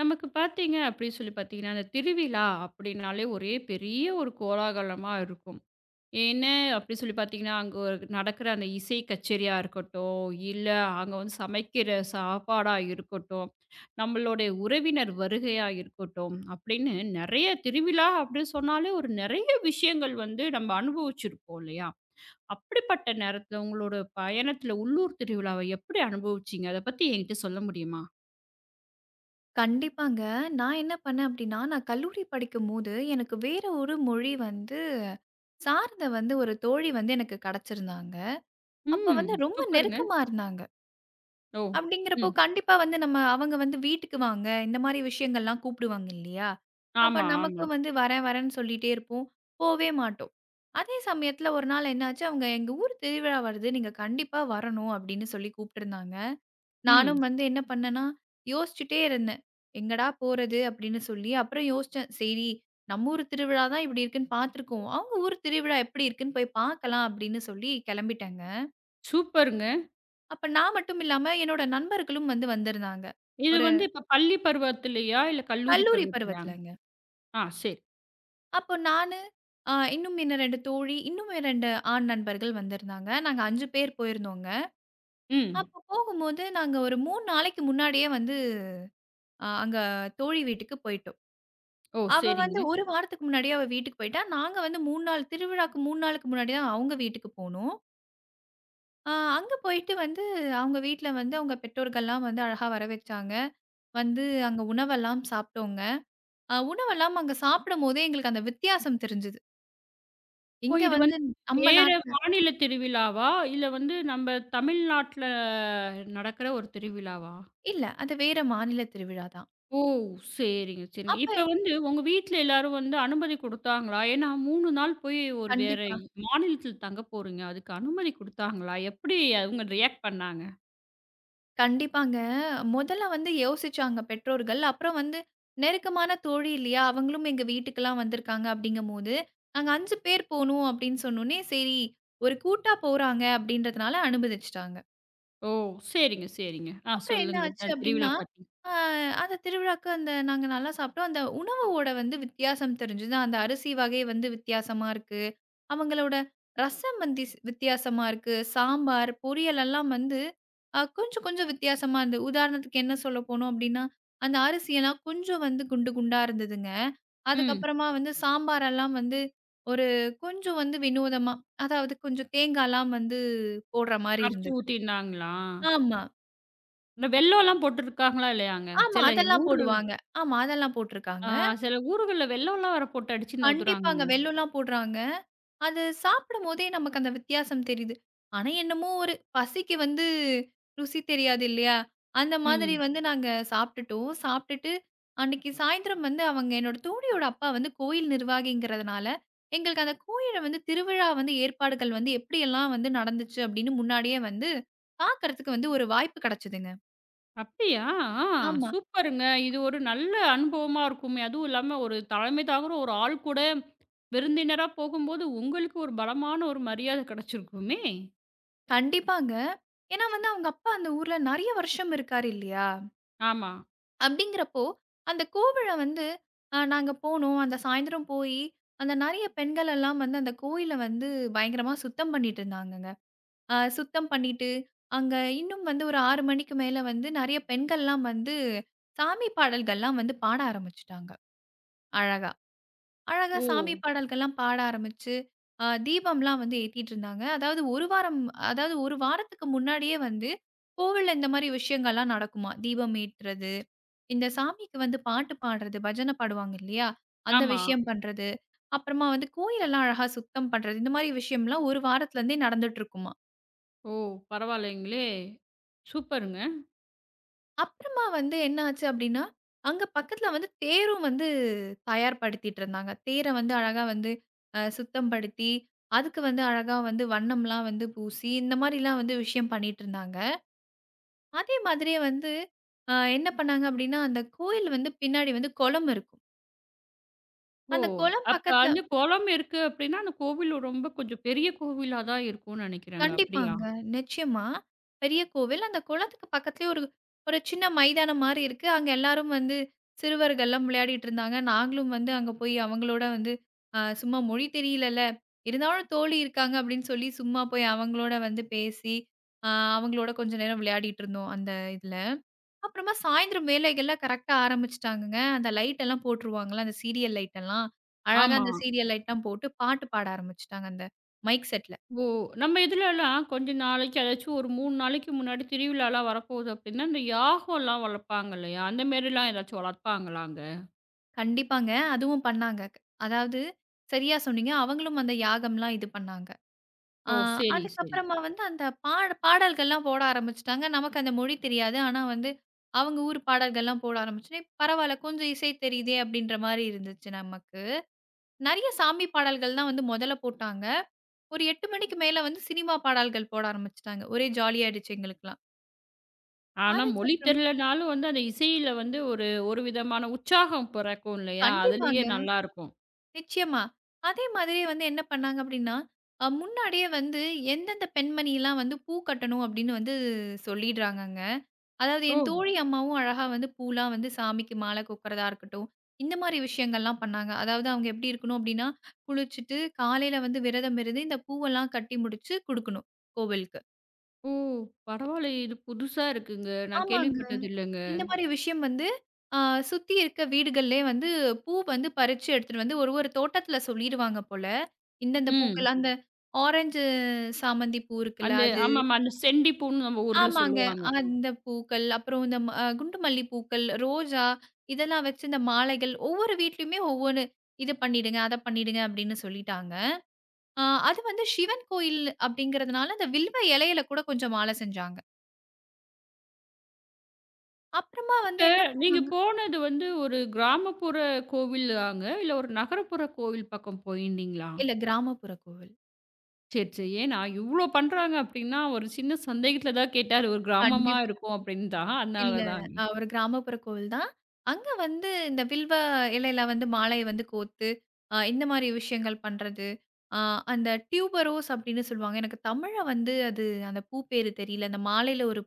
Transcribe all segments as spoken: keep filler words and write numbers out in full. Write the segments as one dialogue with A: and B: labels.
A: நமக்கு பார்த்தீங்க அப்படின்னு சொல்லி பார்த்தீங்கன்னா, அந்த திருவிழா அப்படின்னாலே ஒரே பெரிய ஒரு கோலாகலமா இருக்கும். என்ன அப்படி சொல்லி பார்த்தீங்கன்னா, அங்க நடக்கிற அந்த இசை கச்சேரியா இருக்கட்டும், இல்ல அங்க வந்து சமைக்கிற சாப்பாடா இருக்கட்டும், நம்மளுடைய உறவினர் வருகையா இருக்கட்டும், அப்படின்னு நெறைய திருவிழா அப்படின்னு சொன்னாலே ஒரு நெறைய விஷயங்கள் வந்து நம்ம அனுபவிச்சிருப்போம் இல்லையா? அப்படிப்பட்ட நேரத்துல உங்களோட பயணத்துல உள்ளூர் திருவிழாவை எப்படி அனுபவிச்சீங்க? அத பத்தி என்கிட்ட சொல்ல முடியுமா?
B: கண்டிப்பாங்க. நான் என்ன பண்ணேன் அப்டின்னா, நான் கல்லூரி படிக்கும்போது, எனக்கு வேற ஒரு மொழி வந்து சார்ந்த வந்து ஒரு தோழி வந்து எனக்கு கெடச்சிருந்தாங்க. அப்ப
A: ம்.
B: வந்து ரொம்ப
A: சூப்பருங்க.
B: நெருக்கமா இருந்தாங்க.
A: ஓ!
B: அப்டிங்கிறப்போ
A: ம்.
B: கண்டிப்பா வந்து நம்ம அவங்க வந்து வீட்டுக்கு வாங்க, இந்த மாரி விஷயங்கள்லாம் கூப்பிடுவாங்க இல்லையா? அப்ப
A: ஆமா, ஆமா.
B: நமக்கும் வந்து வரேன் வரேன்னு சொல்லிட்டே இருப்போம். போவே மாட்டோம். அதே சமயத்துல ஒரு நாள் என்னாச்சு, அவங்க எங்க ஊர் திருவிழா வருது. நீங்க கண்டிப்பா வரணும் அப்டின்னு சொல்லி கூப்ட்டுருந்தாங்க.
A: ம்.
B: நானும் வந்து என்ன பண்ணேன்னா, யோசிச்சுட்டே இருந்தேன். எங்கடா போறது? அப்படின்னு சொல்லி, அப்புறம் யோசிச்சேன். சரி, நம்ம ஊர் திருவிழா தான் இப்படி இருக்குன்னு பார்த்துருக்கோம். அவங்க ஊர் திருவிழா எப்படி இருக்குன்னு போய் பார்க்கலாம் அப்படின்னு சொல்லி கிளம்பிட்டேங்க.
A: சூப்பருங்க.
B: அப்ப நான் மட்டும் இல்லாம என்னோட நண்பர்களும் வந்து வந்திருந்தாங்க.
A: இது
B: ஒரு
A: வந்து இப்ப பள்ளி பருவத்திலயா? இல்ல கல்லூரி
B: கல்லூரி
A: பருவத்திலயா?
B: பருவத்துலங்க.
A: ஆ சரி.
B: அப்போ நானு, அ இன்னும் என்ன இரண்டு தோழி, இன்னும் ரெண்டு ஆண் நண்பர்கள் வந்திருந்தாங்க. நாங்க அஞ்சு பேர் போயிருந்தோங்க.
A: ம்.
B: அப்போ போகும்போது நாங்க ஒரு மூணு நாளைக்கு முன்னாடியே வந்து அ அங்க தோழி வீட்டுக்கு போயிட்டோம்.
A: ஓ!
B: அவ வந்து
A: சரிங்க.
B: ஒரு வாரத்துக்கு முன்னாடியே அவ வீட்டுக்கு போயிட்டா. நாங்க வந்து மூணு நாள் திருவிழாக்கு மூணு நாளுக்கு முன்னாடி தான் அவங்க வீட்டுக்கு போனோம். அ அங்க போயிட்டு வந்து அவங்க வீட்ல வந்து அவங்க பெற்றோர்கள்லாம் வந்து அழகா வரவச்சாங்க. வந்து அங்க உணவெல்லாம் சாப்பிட்டோங்க. அ உணவெல்லாம் அங்க சாப்பிடும்போதே எங்களுக்கு அந்த வித்தியாசம் தெரிஞ்சது.
A: ஓ!
B: இங்க
A: இது
B: வந்து
A: வந்து
B: நம்ம
A: வேற
B: நாட்ல
A: மாநில திருவிழாவா? இல்ல வந்து நம்ம தமிழ்நாட்ல நடக்கிற ஒரு திருவிழாவா?
B: இல்ல. அது வேற மாநில திருவிழா தான்.
A: ஓ! சரிங்க, சரிங்க.
B: அப்ப
A: இப்ப
B: என்
A: வந்து உங்க வீட்ல எல்லாரும் வந்து அனுமதி குடுத்தாங்களா? ஏன்னா மூணு நாள் போய் ஒரு வேற
B: கண்டிப்பா.
A: மாநிலத்தில தங்க போறீங்க. அதுக்கு அனுமதி குடுத்தாங்களா? எப்படி அவங்க ரியாக்ட் பண்ணாங்க?
B: கண்டிப்பாங்க. முதல்ல வந்து யோசிச்சாங்க பெற்றோர்கள். அப்புறம் வந்து நெருக்கமான தோழி இல்லையா? அவங்களும் எங்க வீட்டுக்கெல்லாம் வந்திருக்காங்க அப்படிங்கும்போது, நாங்க அஞ்சு பேர் போணும் அப்படின்னு சொன்னோனே, சரி ஒரு கூட்டா போறாங்க அப்படின்றதுனால அனுமதிச்சுட்டாங்க.
A: ஓ! சரிங்க, சரிங்க. ஆ
B: அப்புறம் என்ன
A: சொல்லுங்க.
B: ஆச்சு
A: அ
B: அப்டின்னா,
A: திருவிழா பத்தி.
B: அ அந்த திருவிழாக்கு அந்த நாங்க நல்லா சாப்பிட்டோம். அந்த உணவோட வந்து வித்தியாசம் தெரிஞ்சது. அந்த அரிசி வகை வந்து வித்தியாசமா இருக்கு. அவங்களோட ரசம் வந்து ஸ் வித்தியாசமா இருக்கு. சாம்பார், பொரியல் எல்லாம் வந்து அ கொஞ்சம் கொஞ்சம் வித்தியாசமா இருந்தது. உதாரணத்துக்கு என்ன சொல்ல போனோம் அப்டின்னா, அந்த அரிசியெல்லாம் கொஞ்சம் வந்து குண்டு குண்டா இருந்ததுங்க.
A: ம்.
B: அதுக்கப்புறமா வந்து சாம்பாரெல்லாம் வந்து ஒரு கொஞ்சம் வந்து வினோதமா, அதாவது கொஞ்சம் தேங்காய்லாம் வந்து போடுற மாரி
A: அரைச்சு
B: இருந்தது.
A: ஊத்திருந்தாங்களா?
B: ஆமா.
A: இந்த வெல்லம்லாம் போட்டுருக்காங்களா இல்லையாங்க?
B: ஆமா.
A: சில
B: அதெல்லாம்
A: ஊர்ல
B: போடுவாங்க. ஆமா. அதெல்லாம் போட்டுருக்காங்க.
A: ஆ சில ஊர்கள்ல வெல்லம்லாம் வேற போட்டு அடிச்சு
B: கண்டிப்பாங்க.
A: நவுத்துறாங்கங்க.
B: வெல்லம்லாம் போடுறாங்க. அது சாப்பிடும்போதே நமக்கு அந்த வித்தியாசம் தெரியுது. ஆனா, என்னமோ ஒரு பசிக்கு வந்து ருசி தெரியாது இல்லையா? அந்த மாதிரி
A: ம்.
B: வந்து நாங்க சாப்பிட்டுட்டோம். சாப்பிட்டுட்டு அன்னைக்கு சாயந்தரம் வந்து அவங்க என்னோட தோழியோட அப்பா வந்து கோயில் நிர்வாகிங்கிறதுனால, எங்களுக்கு அந்த கோயில வந்து திருவிழா வந்து ஏற்பாடுகள் வந்து எப்படியெல்லாம் வந்து நடந்துச்சு அப்படின்னு முன்னாடியே வந்து பாக்கறதுக்கு வந்து ஒரு வாய்ப்பு கிடைச்சதுங்க.
A: அப்படியா? ஆ
B: ஆமா.
A: சூப்பருங்க. இது ஒரு நல்ல அனுபவமா இருக்குமே! அதுவும் இல்லாம ஒரு தலைமை தாங்குற ஒரு ஆள் கூட விருந்தினரா போகும்போது, உங்களுக்கு ஒரு பலமான ஒரு மரியாதை கிடைச்சிருக்குமே!
B: கண்டிப்பாங்க. ஏன்னா வந்து அவங்க அப்பா அந்த ஊர்ல நெறைய வருஷம் இருக்காரு இல்லையா?
A: ஆமா.
B: அப்படிங்கிறப்போ, அந்த கோவில வந்து அ நாங்க போனோம். அந்த சாயந்தரம் போயி, அந்த நெறைய பெண்கள் எல்லாம் வந்து அந்த கோயில வந்து பயங்கரமா சுத்தம் பண்ணிட்டு இருந்தாங்கங்க. அ சுத்தம் பண்ணிட்டு, அங்க இன்னும் வந்து ஒரு ஆறு மணிக்கு மேல வந்து நெறைய பெண்கள்லாம் வந்து சாமி பாடல்கள்லாம் வந்து பாட ஆரம்பிச்சுட்டாங்க, அழகா. அழகா
A: ஓ!
B: சாமி பாடல்கள்லாம் பாட ஆரம்பிச்சு, அ தீபம்லாம் வந்து ஏத்திட்டு இருந்தாங்க. அதாவது ஒரு வாரம் அதாவது ஒரு வாரத்துக்கு முன்னாடியே வந்து, கோவில்ல இந்த மாரி விஷயங்கள்லாம் நடக்குமாம். தீபம் ஏத்துறது, இந்த சாமிக்கு வந்து பாட்டு பாடுறது, பஜனை பாடுவாங்க இல்லையா? அந்த
A: ஆமா.
B: விஷயம் பண்றது, அப்புறமா வந்து கோயிலெல்லாம் அழகா சுத்தம் பண்றது, இந்த மாரி விஷயம்லாம் ஒரு வாரத்துலருந்தே நடந்துட்டு இருக்குமா.
A: ஓ! பரவாயில்லைங்களே! சூப்பருங்க.
B: அப்புறமா வந்து என்ன ஆச்சு அப்டின்னா, அங்க பக்கத்துல வந்து தேரும் வந்து தயார்படுத்திட்டு இருந்தாங்க. தேர வந்து அழகா வந்து அ சுத்தம் படுத்தி, அதுக்கு வந்து அழகா வந்து வண்ணம்லாம் வந்து பூசி, இந்த மாரிலாம் வந்து விஷயம் பண்ணிட்டுருந்தாங்க. அதே மாதிரியே வந்து அ என்ன பண்ணாங்க அப்டின்னா, அந்த கோயில் வந்து பின்னாடி வந்து குளம் இருக்கும்.
A: ஓ!
B: அந்த குளம்
A: அப்ப
B: பக்கத்துல
A: அந்த குளம் இருக்கு அப்படின்னா, அந்த கோவில் ரொம்ப கொஞ்சம் பெரிய கோவிலா தான் இருக்கும்னு நினைக்கிறேங்க. அப்படியா?
B: கண்டிப்பாங்க. நிச்சயமா. பெரிய கோவில். அந்த குளத்துக்கு பக்கத்துலயே ஒரு ஒரு சின்ன மைதானம் மாரி இருக்கு. அங்க எல்லாரும் வந்து சிறுவர்கள்லாம் விளையாடிட்டு இருந்தாங்க. நாங்களும் வந்து அங்க போய் அவங்களோட வந்து அ சும்மா மொழி தெரியலல்ல. இருந்தாலும் தோழி இருக்காங்க அப்டின்னு சொல்லி சும்மா போய் அவங்களோட வந்து பேசி, அ அவங்களோட கொஞ்ச நேரம் விளையாடிட்டு இருந்தோம் அந்த இதுல. அப்புறமா சாயந்தரம் வேலைகள்லாம் கரெக்ட்டா ஆரம்பிச்சுட்டாங்கங்க. அந்த லைட் எல்லாம் போட்டுருவாங்கல்ல, அந்த சீரியல் லைட் எல்லாம். அழகா
A: ஆமா.
B: அந்த சீரியல் லைட்லாம் போட்டு பாட்டு பாட ஆரம்பிச்சுட்டாங்க அந்த மைக் செட்ல.
A: ஓ! நம்ம இதுலலாம் கொஞ்ச நாளைக்கு அதாச்சும் ஒரு மூணு நாளைக்கு முன்னாடி திருவிழாலாம் வரப்போகுது அப்டின்னா, இந்த யாகம்லாம் வளர்ப்பாங்க இல்லையா? அந்த மாரிலாம் ஏதாச்சும் வளர்ப்பாங்களா அங்க?
B: கண்டிப்பாங்க. அதுவும் பண்ணாங்க. அதாவது சரியா சொன்னீங்க. அவங்களும் அந்த யாகம்லாம் இது பண்ணாங்க. ஆ
A: ஓ! சரி, சரி.
B: அதுக்கப்புறமா வந்து அந்த பாட பாடல்கள்லாம் போட ஆரம்பிச்சுட்டாங்க. நமக்கு அந்த மொழி தெரியாது. ஆனா வந்து அவங்க ஊர் பாடல்கள்லாம் போட ஆரம்பிச்சோனே, பரவால்ல கொஞ்சம் இசை தெரியுதே அப்டின்ற மாரி இருந்துச்சு நமக்கு. நெறைய சாமி பாடல்கள் தான் வந்து மொதல்ல போட்டாங்க. ஒரு எட்டு மணிக்கு மேல வந்து சினிமா பாடல்கள் போட ஆரம்பிச்சுட்டாங்க. ஒரே ஜாலியாயிடுச்சு எங்களுக்கெல்லாம்.
A: ஆனா மொழி
B: அதுக்கப்புறம்
A: தெரிலனாலும் வந்து அந்த இசையில வந்து ஒரு ஒரு விதமான உற்சாகம் பிறக்கும் இல்லையா? அதுலயே
B: கண்டிப்பாங்க.
A: நல்லாருக்கும்.
B: நிச்சயமா. அதே மாதிரி வந்து என்ன பண்ணாங்க அப்டின்னா, அ முன்னாடியே வந்து எந்தெந்த பெண்மணிலாம் வந்து பூ கட்டணும் அப்டின்னு வந்து சொல்லிடுறாங்கங்க. அதாவது
A: ஓ!
B: என் தோழி அம்மாவும் அழகா வந்து பூலாம் வந்து சாமிக்கு மாலை கோக்கிறதா இருக்கட்டும், இந்த மாரி விஷயங்கள்லாம் பண்ணாங்க. அதாவது அவங்க எப்டி இருக்கணும் அப்டின்னா, குளிச்சுட்டு காலையில வந்து விரதம் இருந்து இந்த பூவெல்லாம் கட்டி முடிச்சு குடுக்கணும் கோவிலுக்கு.
A: ஓ! பரவாயில்லயே! இது புதுசா இருக்குங்க. நான்
B: ஆமாங்க.
A: கேள்விப்பட்டது இல்லங்க.
B: இந்த மாரி விஷயம் வந்து, அ சுத்தி இருக்க வீடுகள்லே வந்து பூ வந்து பறிச்சு எடுத்துட்டு வந்து ஒரு ஒரு தோட்டத்தில சொல்லிருவாங்க போல. இந்தந்த
A: ம்.
B: பூக்கள்லாம் அந்த ஆரஞ்சு சாமந்தி பூ இருக்குல்ல
A: அந்த
B: அது
A: ஆமாமா. அந்த செண்டிப்பூன்னு நம்ம ஊர்ல
B: ஆமாங்க.
A: சொல்லுவாங்க.
B: அந்த பூக்கள், அப்புறம் இந்த ம- அ குண்டு மல்லி பூக்கள், ரோஜா இதெல்லாம் வச்சு இந்த மாலைகள் ஒவ்வொரு வீட்லயுமே ஒவ்வொன்னு இது பண்ணிடுங்க, அத பண்ணிடுங்க அப்படின்னு சொல்லிட்டாங்க. அ அது வந்து சிவன் கோயில் அப்படிங்கிறதுனால அந்த வில்வ இலையில கூட கொஞ்சம் மாலை செஞ்சாங்க. அப்புறமா
A: இப்ப
B: வந்து என்ன
A: நீங்க
B: பண்ணாங்க
A: போனது வந்து ஒரு கிராமப்புற கோவிலாங்க, இல்ல ஒரு நகரப்புற கோவில் பக்கம் போயிருந்தீங்களா?
B: இல்ல கிராமப்புற கோவில்.
A: சரி, சரி. ஏன்னா இவ்ளோ பண்றாங்க அப்டின்னா, ஒரு சின்ன சந்தேகத்துல தான் கேட்டாரு. ஒரு கிராமமா
B: கண்டிப்பா.
A: இருக்கும் அப்டின்னு தான். அதனால
B: இல்ல.
A: தான்.
B: அ ஒரு கிராமப்புற கோவில் தான். அங்க வந்து இந்த வில்வ இலையில வந்து மாலைய வந்து கோர்த்து, அ இந்த மாரி விஷயங்கள் பண்றது. அ அந்த டியூபரோஸ் அப்படின்னு சொல்லுவாங்க. எனக்கு தமிழ்ல வந்து அது அந்த பூ பேரு தெரியல. அந்த மாலையில ஒரு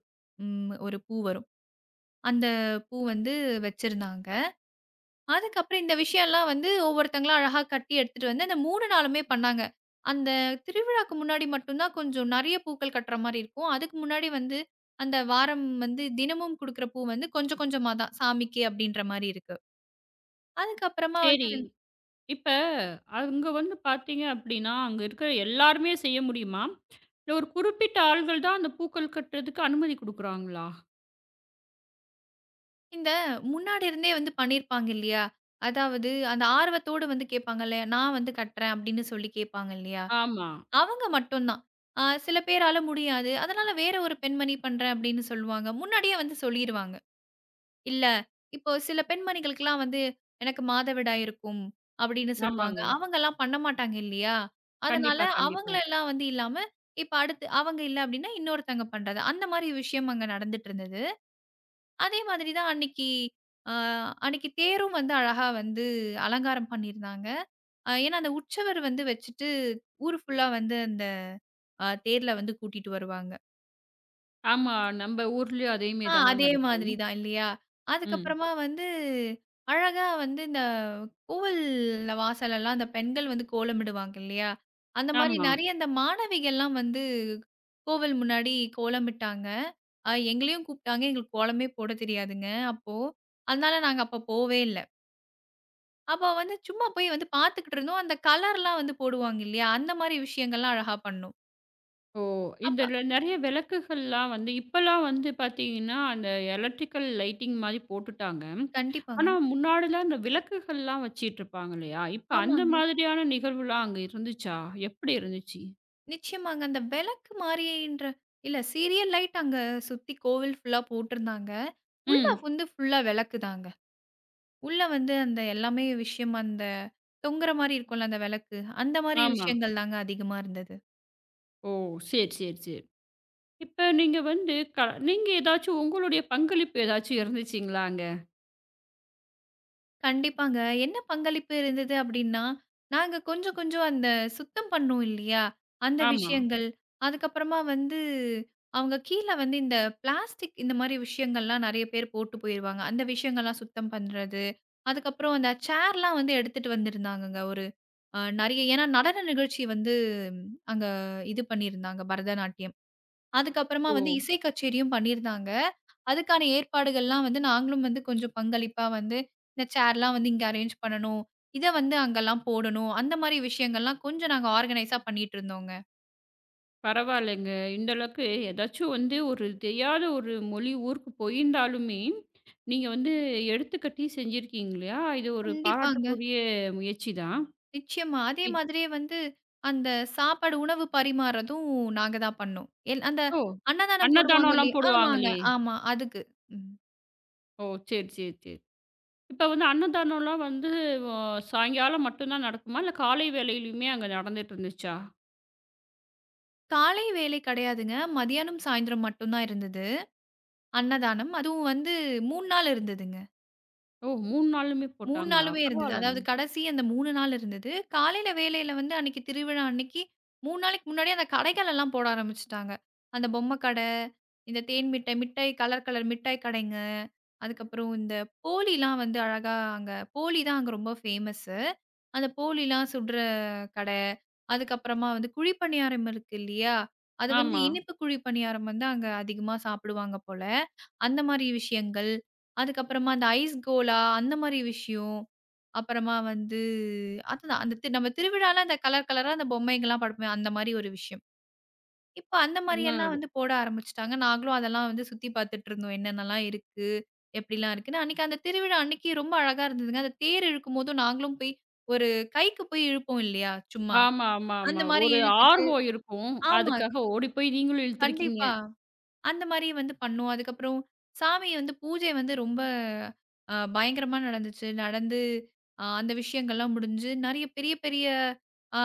B: ம் ஒரு பூ வரும். அந்த பூ வந்து வச்சிருந்தாங்க. அதுக்கப்புறம் இந்த விஷயம்லாம் வந்து ஒவ்வொருத்தங்களா அழகா கட்டி எடுத்துட்டு வந்து அந்த மூணு நாளுமே பண்ணாங்க. அந்த திருவிழாக்கு முன்னாடி மட்டும் தான் கொஞ்சம் நெறைய பூக்கள் கட்டுற மாரி இருக்கும். அதுக்கு முன்னாடி வந்து அந்த வாரம் வந்து தினமும் குடுக்குற பூ வந்து கொஞ்சம் கொஞ்சமா தான் சாமிக்கு அப்டின்ற மாரி இருக்கு. அதுக்கப்புறமா வந்து
A: சரி. இப்ப அங்க வந்து பார்த்தீங்க அப்டின்னா, அங்க இருக்கிற எல்லாருமே செய்ய முடியுமா? இல்ல ஒரு குறிப்பிட்ட ஆள்கள் தான் அந்த பூக்கள் கட்டுறதுக்கு அனுமதி குடுக்குறாங்களா?
B: இந்த முன்னாடி இருந்தே வந்து பண்ணியிருப்பாங்க இல்லையா? அதாவது அந்த ஆர்வத்தோடு வந்து கேட்பாங்கல்ல, நான் வந்து கட்டுறேன் அப்டின்னு சொல்லி கேட்பாங்க இல்லையா?
A: ஆமா.
B: அவங்க மட்டும் தான். அ சில பேரால முடியாது. அதனால வேற ஒரு பெண்மணி பண்றேன் அப்டின்னு சொல்லுவாங்க. முன்னாடியே வந்து சொல்லிருவாங்க. இல்ல, இப்போ சில பெண்மணிகளுக்கெல்லாம் வந்து, "எனக்கு மாதவிடாய் இருக்கும்" அப்படின்னு சொல்லுவாங்க.
A: ஆமாங்க.
B: அவங்கலாம் பண்ண மாட்டாங்க இல்லையா? அதனால
A: கண்டிப்பா, கண்டிப்பா.
B: அவங்களலாம் வந்து இல்லாம, இப்ப அடுத்து அவங்க இல்ல அப்படின்னா, இன்னொருத்தங்க பண்றது. அந்த மாரி விஷயம் அங்க நடந்துட்டு இருந்தது. அதே மாதிரி தான் அன்னைக்கு அ அன்னைக்கு தேரும் வந்து அழகா வந்து அலங்காரம் பண்ணியிருந்தாங்க. அ ஏன்னா அந்த உற்சவர் வந்து வச்சுட்டு, ஊர் ஃபுல்லா வந்து அந்த அ தேர்ல வந்து கூட்டிட்டு வருவாங்க.
A: ஆமா. நம்ம ஊர்லயும் அதே
B: ஆ
A: மாரி தான
B: அதே
A: நடக்கும்.
B: மாதிரி தான் இல்லையா?
A: ம்.
B: அதுக்கப்புறமா வந்து அழகா வந்து இந்த கோவில்ல வாசலெல்லாம் அந்த பெண்கள் வந்து கோலமிடுவாங்க இல்லையா? அந்த மாரி
A: ஆமா.
B: நெறைய இந்த மாணவிகள்லாம் வந்து கோவில் முன்னாடி கோலமிட்டாங்க. அ எங்களையும் கூப்பிட்டாங்க. எங்களுக்கு கோலமே போட தெரியாதுங்க அப்போ. அதனால நாங்க அப்ப போவே இல்ல. அப்ப வந்து சும்மா போய் வந்து பார்த்துக்கிட்டு இருந்தோம். அந்த கலர்லாம் வந்து போடுவாங்க இல்லையா? அந்த மாரி விஷயங்கள்லாம் அழகா பண்ணோம்.
A: ஓ!
B: அப்ப
A: இதில நெறைய விளக்குகள்லாம் வந்து இப்பலாம் வந்து பார்த்தீங்கன்னா, அந்த எலக்ட்ரிக்கல் லைட்டிங் மாரி போட்டுட்டாங்க.
B: கண்டிப்பாங்க.
A: ஆனா, முன்னாடிலாம் இந்த விளக்குகள்லாம் வச்சிட்டுருப்பாங்க இல்லையா? இப்ப அந்த
B: ஆமாங்க.
A: மாதிரியான நிகழ்வுலாம் அங்க இருந்துச்சா? எப்படி இருந்துச்சு?
B: நிச்சயமாங்க. அந்த விளக்கு மாரியன்ற இல்ல சீரியல் லைட் அங்க சுத்தி கோவில் ஃபுல்லா போட்டிருந்தாங்க. உள்ள
A: ம்.
B: வந்து ஃபுல்லா விளக்கு தாங்க. உள்ள வந்து அந்த எல்லாமே விஷயம் அந்த தொங்குற மாரி இருக்கும்ல அந்த விளக்கு. அந்த மாரி
A: ஆமா.
B: விஷயங்கள் தாங்க அதிகமா இருந்தது.
A: ஓ! சரி, சரி, சரி. இப்ப நீங்க வந்து க நீங்க ஏதாச்சும் உங்களுடைய பங்களிப்பு ஏதாச்சும் இருந்துச்சுங்களா அங்க?
B: கண்டிப்பாங்க. என்ன பங்களிப்பு இருந்தது அப்டின்னா, நாங்க கொஞ்சம் கொஞ்சம் அந்த சுத்தம் பண்ணோம் இல்லையா? அந்த
A: ஆமா.
B: விஷயங்கள். அதுக்கப்புறமா வந்து அவங்க கீழ வந்து இந்த பிளாஸ்டிக் இந்த மாரி விஷயங்கள்லாம் நெறைய பேர் போட்டு போயிருவாங்க. அந்த விஷயங்கள்லாம் சுத்தம் பண்றது. அதுக்கப்புறம் அந்த சேர்லாம் வந்து எடுத்துட்டு வந்திருந்தாங்கங்க. ஒரு அ நெறைய ஏன்னா நடன நிகழ்ச்சி வந்து ம், அங்க இது பண்ணியிருந்தாங்க. பரதநாட்டியம். அதுக்கப்புறமா
A: ஓ!
B: வந்து இசை கச்சேரியும் பண்ணியிருந்தாங்க. அதுக்கான ஏற்பாடுகள்லாம் வந்து நாங்களும் வந்து கொஞ்சம் பங்களிப்பா வந்து, இந்த சேர்லாம் வந்து இங்க அரேஞ்ச் பண்ணணும். இத வந்து அங்கலாம் போடணும். அந்த மாரி விஷயங்கள்லாம் கொஞ்சம் நாங்க ஆர்கனைஸா பண்ணிட்டுருந்தோங்க.
A: பரவாயில்லைங்க. இந்த அளவுக்கு ஏதாச்சும் வந்து ஒரு தெரியாத ஒரு மொழி ஊருக்கு போயிருந்தாலுமே, நீங்க வந்து எடுத்துக்கட்டி செஞ்சிருக்கீங்க இல்லையா? இது ஒரு
B: கண்டிப்பாங்க.
A: பாராட்டுக்குரிய முயற்சி தான்.
B: நிச்சயமா. அதே
A: இ
B: மாதிரியே வந்து அந்த சாப்பாடு, உணவு பரிமாறதும் நாங்க தான் பண்ணோம். எல் அந்த
A: ஓ!
B: அன்னதானம் போடுவாங்க
A: அன்னதானம்லாம்
B: இல்லையா? ஆமாங்க.
A: போடுவாங்களே!
B: ஆமா. அதுக்கு. ம்.
A: ஓ! சரி, சரி, சரி. இப்ப வந்து அன்னதானம்லாம் வந்து அ சாயங்காலம் மட்டும் தான் நடக்குமா? இல்ல காலை வேளையிலயுமே அங்க நடந்துட்டு இருந்துச்சா?
B: காலை வேலை கிடையாதுங்க. மதியானம், சாயந்திரம் மட்டும் தான் இருந்தது. அன்னதானம். அதுவும் வந்து மூணு நாள் இருந்ததுங்க.
A: ஓ! மூணு நாளுமே
B: மூணு
A: போட்டாங்களா?
B: நாளுமே இருந்தது.
A: பரவாயில்லங்க.
B: அதாவது கடைசி அந்த மூணு நாள் இருந்தது. காலையில வேலையில வந்து அன்னைக்கு திருவிழா அன்னைக்கு மூணு நாளைக்கு முன்னாடியே அந்த கடைகள் எல்லாம் போட ஆரம்பிச்சுட்டாங்க. அந்த பொம்மை கடை, இந்த தேன் மிட்டாய், மிட்டாய் கலர் கலர் மிட்டாய் கடைங்க. அதுக்கப்புறம் இந்த போலிலாம் வந்து அழகா அங்க போலி தான் அங்க ரொம்ப ஃபேமஸு. அந்த போலிலாம் சுடுற கடை. அதுக்கப்புறமா வந்து குழி பணியாரம் இருக்கு இல்லையா? அது வந்து
A: ஆமா.
B: இனிப்பு குழி பணியாரம் வந்து அங்க அதிகமா சாப்பிடுவாங்க போல. அந்த மாரி விஷயங்கள். அதுக்கப்புறமா அந்த ஐஸ் கோலா அந்த மாரி விஷயம். அப்புறமா வந்து அதுதான் அந்த தி நம்ம திருவிழால அந்த கலர் கலரா அந்த பொம்மைங்கலாம் படைப்போமே அந்த மாரி ஒரு விஷயம். இப்ப அந்த மாரியெல்லாம்
A: ம்.
B: வந்து போட ஆரம்பிச்சுட்டாங்க. நாங்களும் அதெல்லாம் வந்து சுத்தி பார்த்துட்டு இருந்தோம். என்னென்னலாம் இருக்கு? எப்படிலாம் இருக்குன்னு. அன்னைக்கு அந்த திருவிழா அன்னைக்கு ரொம்ப அழகா இருந்ததுங்க. அந்த தேர் இழுக்கும்போதும் நாங்களும் போய் ஒரு கைக்கு போய் இழுப்போம் இல்லையா? சும்மா.
A: ஆமா, ஆமா,
B: அந்த
A: ஆமா.
B: மாரி
A: ஒரு
B: இழுத்துட்டு
A: ஆர்வம் இருக்கும்.
B: ஆமா.
A: அதுக்காக ஓடி போய் நீங்களும் இழுத்துருக்கீங்க.
B: கண்டிப்பா. அந்த மாரி வந்து பண்ணோம். அதுக்கப்புறம் சாமி வந்து பூஜை வந்து ரொம்ப அ பயங்கரமா நடந்துச்சு. நடந்து அ அந்த விஷயங்கள்லாம் முடிஞ்சு, நெறைய பெரிய பெரிய அ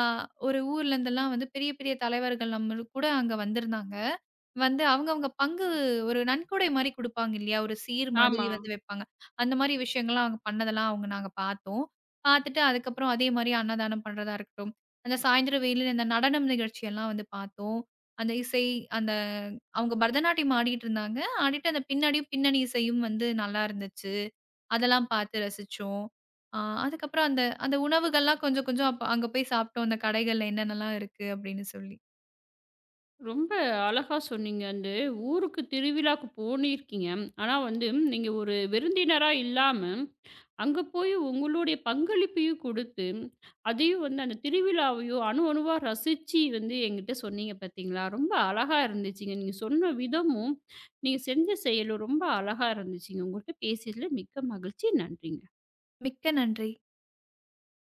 B: ஒரு ஊர்லேருந்தெல்லாம் வந்து பெரிய பெரிய தலைவர்கள் நம்மளுக்கு கூட அங்க வந்திருந்தாங்க. வந்து அவங்கவங்க பங்கு ஒரு நன்கொடை மாரி குடுப்பாங்க இல்லையா? ஒரு சீர் மாதிரி
A: ஆமா.
B: வந்து வைப்பாங்க. அந்த மாரி விஷயங்கள்லாம் அவங்க பண்ணதெல்லாம் அவங்க நாங்க பார்த்தோம். பார்த்துட்டு அதுக்கப்புறம் அதே மாரி அன்னதானம் பண்றதா இருக்கட்டும். அந்த சாயந்திர வேளையில இந்த நடனம் நிகழ்ச்சியெல்லாம் வந்து பார்த்தோம். அந்த இசை அந்த அவங்க பரதநாட்டியம் ஆடிட்டு இருந்தாங்க. ஆடிட்டு அந்த பின்னாடியும் பின்னணி இசையும் வந்து நல்லா இருந்துச்சு. அதெல்லாம் பார்த்து ரசிச்சோம். ஆ அதுக்கப்புறம் அந்த அந்த உணவுகள்லாம் கொஞ்சம் கொஞ்சம் அப்ப அங்க போய் சாப்பிட்டோம். அந்த கடைகள்ல என்னென்னலாம் இருக்கு அப்படின்னு சொல்லி.
A: ரொம்ப அழகா சொன்னீங்க. அந்த ஊருக்கு திருவிழாக்கு போனிருக்கீங்க. ஆனா வந்து நீங்க ஒரு விருந்தினரா இல்லாம, அங்க போய் உங்களுடைய பங்களிப்பையும் குடுத்து, அதையும் வந்து அந்த திருவிழாவையும் அணு அணுவா ரசிச்சு வந்து என்கிட்ட சொன்னீங்க பார்த்தீங்களா? ரொம்ப அழகா இருந்துச்சுங்க. நீங்க சொன்ன விதமும், நீங்க செஞ்ச செயலும் ரொம்ப அழகா இருந்துச்சுங்க. உங்கள்ட்ட பேசியதில மிக்க மகிழ்ச்சி. நன்றிங்க.
B: மிக்க நன்றி.